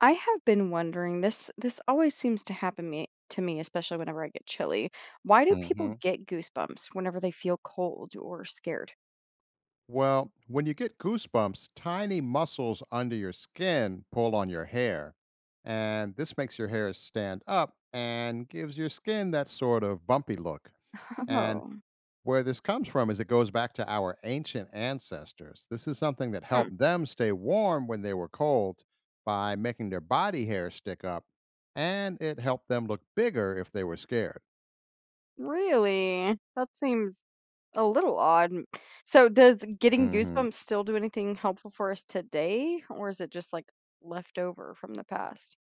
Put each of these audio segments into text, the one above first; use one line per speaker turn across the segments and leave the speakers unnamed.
I have been wondering, this always seems to happen me to me, especially whenever I get chilly. Why do people
hmm
get goosebumps whenever they feel cold or scared?
Well, when you get goosebumps, tiny muscles under your skin pull on your hair. And this makes your hair stand up and gives your skin that sort of bumpy look. And
Oh,
where this comes from is it goes back to our ancient ancestors. This is something that
hmm,
helped them stay warm when they were cold by making their body hair stick up. And it helped them look bigger if they were scared.
really? That seems a little odd. So does getting
hmm
goosebumps still do anything helpful for us today, or is it just like left over from the past?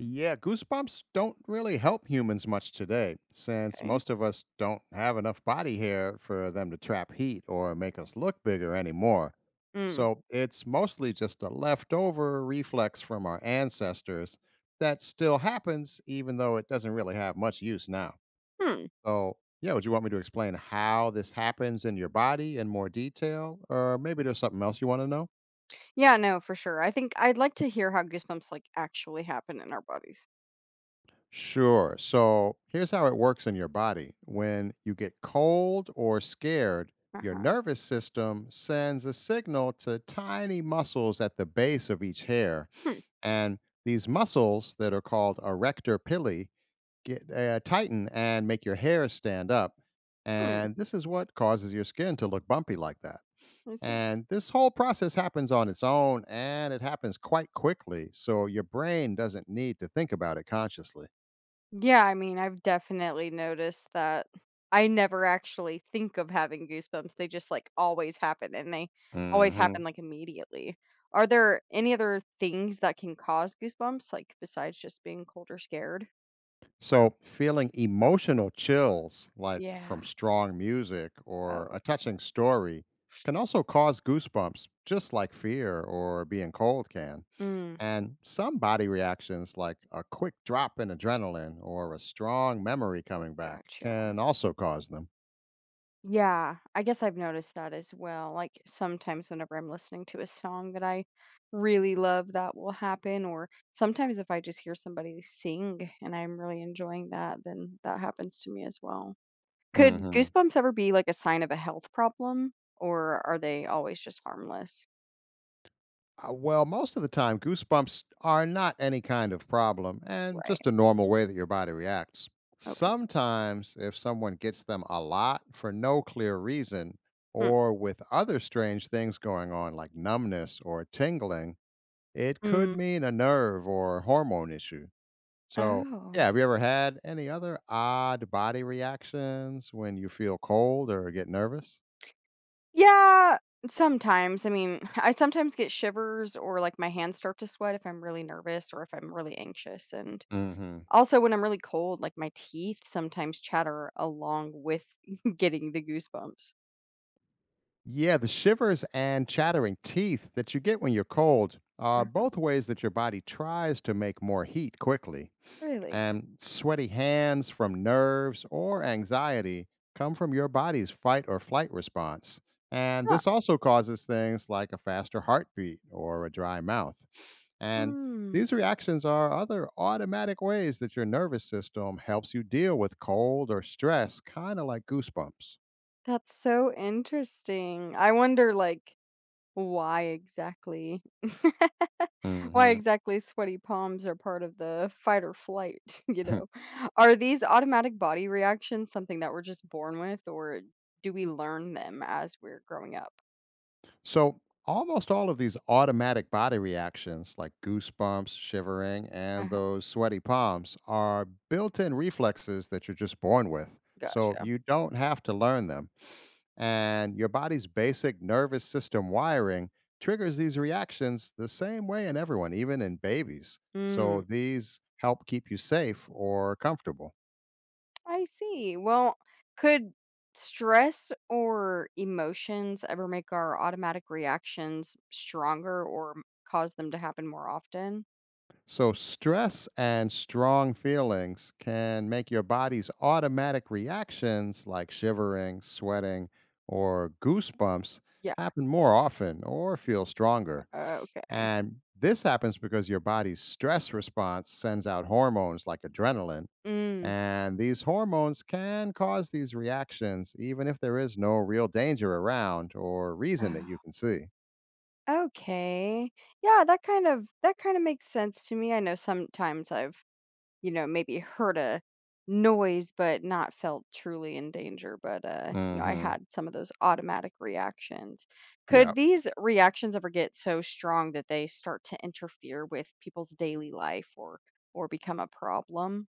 Yeah, goosebumps don't really help humans much today, since
Okay.
most of us don't have enough body hair for them to trap heat or make us look bigger anymore.
Mm.
So it's mostly just a leftover reflex from our ancestors that still happens, even though it doesn't really have much use now.
Hmm.
So, yeah, would you want me to explain how this happens in your body in more detail? Or maybe there's something else you want to know?
Yeah, no, for sure. I think I'd like to hear how goosebumps like actually happen in our bodies.
Sure. So here's how it works in your body. When you get cold or scared, your
Uh-huh.
nervous system sends a signal to tiny muscles at the base of each hair.
Hmm.
And these muscles that are called erector pili get tighten and make your hair stand up.
Hmm.
And this is what causes your skin to look bumpy like that.
I see.
And this whole process happens on its own and it happens quite quickly. So your brain doesn't need to think about it consciously.
Yeah, I mean, I've definitely noticed that. I never actually think of having goosebumps. They just like always happen and they always happen
Mhm.
like immediately. Are there any other things that can cause goosebumps, like besides just being cold or scared?
So, feeling emotional chills, like
Yeah.
from strong music or a
Oh, okay.
touching story, can also cause goosebumps, just like fear or being cold can.
Mm,
And some body reactions, like a quick drop in adrenaline or a strong memory coming back,
gotcha.
can also cause them.
Yeah, I guess I've noticed that as well. Like sometimes whenever I'm listening to a song that I really love, that will happen. Or sometimes if I just hear somebody sing and I'm really enjoying that, then that happens to me as well. Could
hmm
goosebumps ever be like a sign of a health problem, or are they always just harmless?
Well, most of the time, goosebumps are not any kind of problem and
Right.
just a normal way that your body reacts.
Okay.
Sometimes, if someone gets them a lot for no clear reason,
Hmm.
or with other strange things going on like numbness or tingling, it could
Mm.
mean a nerve or hormone issue. So,
Oh.
yeah, have you ever had any other odd body reactions when you feel cold or get nervous?
Yeah, sometimes. I mean, I sometimes get shivers or like my hands start to sweat if I'm really nervous or if I'm really anxious and
Mm hmm.
also, when I'm really cold, like, my teeth sometimes chatter along with getting the goosebumps.
Yeah, the shivers and chattering teeth that you get when you're cold are
Mhm.
both ways that your body tries to make more heat quickly.
Really?
And sweaty hands from nerves or anxiety come from your body's fight or flight response. And
Huh.
this also causes things like a faster heartbeat or a dry mouth. And
Hmm.
these reactions are other automatic ways that your nervous system helps you deal with cold or stress, kind of like goosebumps.
That's so interesting. I wonder, like, why exactly why
hmm
exactly sweaty palms are part of the fight or flight, you know? Are these automatic body reactions something that we're just born with, or do we learn them as we're growing up?
So, almost all of these automatic body reactions, like goosebumps, shivering, and
uh
those sweaty palms, are built in reflexes that you're just born with. So,
Gotcha.
you don't have to learn them. And your body's basic nervous system wiring triggers these reactions the same way in everyone, even in babies. So,
Mm.
these help keep you safe or comfortable.
I see. Well, could stress or emotions ever make our automatic reactions stronger or cause them to happen more often?
So, stress and strong feelings can make your body's automatic reactions like shivering, sweating, or goosebumps
Yeah.
happen more often or feel stronger.
Okay.
And this happens because your body's stress response sends out hormones like adrenaline.
Mm.
And these hormones can cause these reactions, even if there is no real danger around or reason that you
Oh,
can see.
okay. Yeah, that kind of makes sense to me. I know sometimes I've, maybe heard a noise but not felt truly in danger, but, I
hmm
had some of those automatic reactions.
Yeah.
Could these reactions ever get so strong that they start to interfere with people's daily life or become a problem?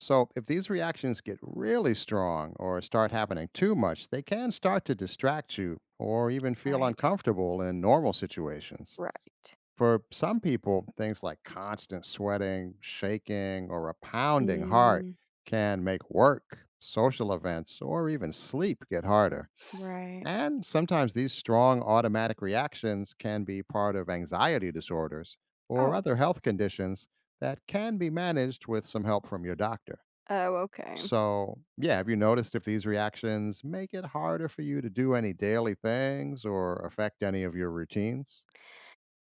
So, if these reactions get really strong or start happening too much, they can start to distract you or even feel
Right.
uncomfortable in normal situations.
Right.
For some people, things like constant sweating, shaking, or a pounding heart
Mm,
can make work, social events, or even sleep get harder.
right.
And sometimes these strong automatic reactions can be part of anxiety disorders or
Oh.
other health conditions that can be managed with some help from your doctor.
Oh, okay.
So, yeah, have you noticed if these reactions make it harder for you to do any daily things or affect any of your routines?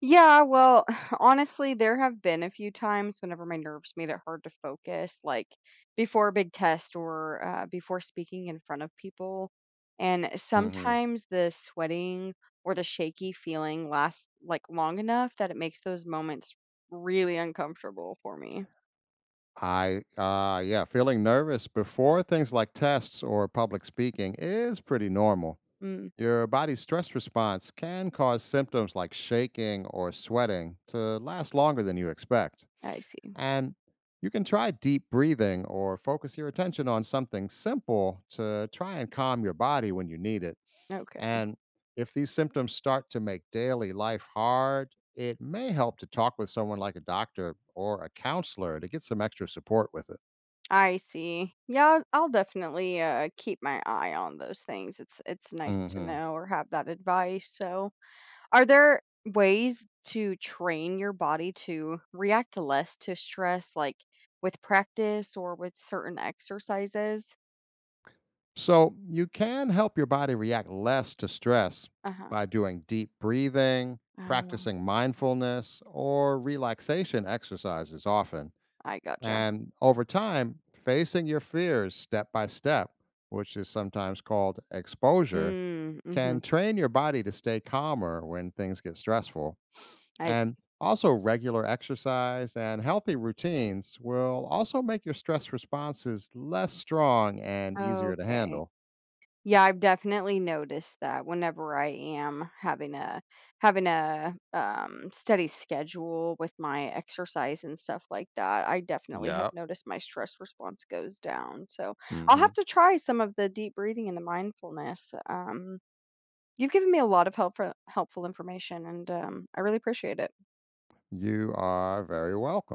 Yeah, well, honestly, there have been a few times whenever my nerves made it hard to focus, like before a big test or before speaking in front of people. And
hmm
sometimes the sweating or the shaky feeling lasts like long enough that it makes those moments really uncomfortable for me.
yeah, feeling nervous before things like tests or public speaking is pretty normal.
Mm,
Your body's stress response can cause symptoms like shaking or sweating to last longer than you expect.
I see.
And you can try deep breathing or focus your attention on something simple to try and calm your body when you need it.
Okay.
And if these symptoms start to make daily life hard, it may help to talk with someone like a doctor or a counselor to get some extra support with it.
I see. Yeah, I'll definitely keep my eye on those things. It's nice to
hmm
know or have that advice. So, are there ways to train your body to react less to stress, like with practice or with certain exercises?
So, you can help your body react less to stress
Uh-huh.
by doing deep breathing,
Oh,
practicing mindfulness, or relaxation exercises often.
I gotcha.
And over time, facing your fears step by step, which is sometimes called exposure,
Mm,
can
mhm.
train your body to stay calmer when things get stressful.
I see.
And also, regular exercise and healthy routines will also make your stress responses less strong and easier to
Okay.
handle.
Yeah, I've definitely noticed that whenever I am having a steady schedule with my exercise and stuff like that, I definitely have
Yep.
noticed my stress response goes down. So I'll
hmm
have to try some of the deep breathing and the mindfulness. You've given me a lot of helpful information, and I really appreciate it.
You are very welcome.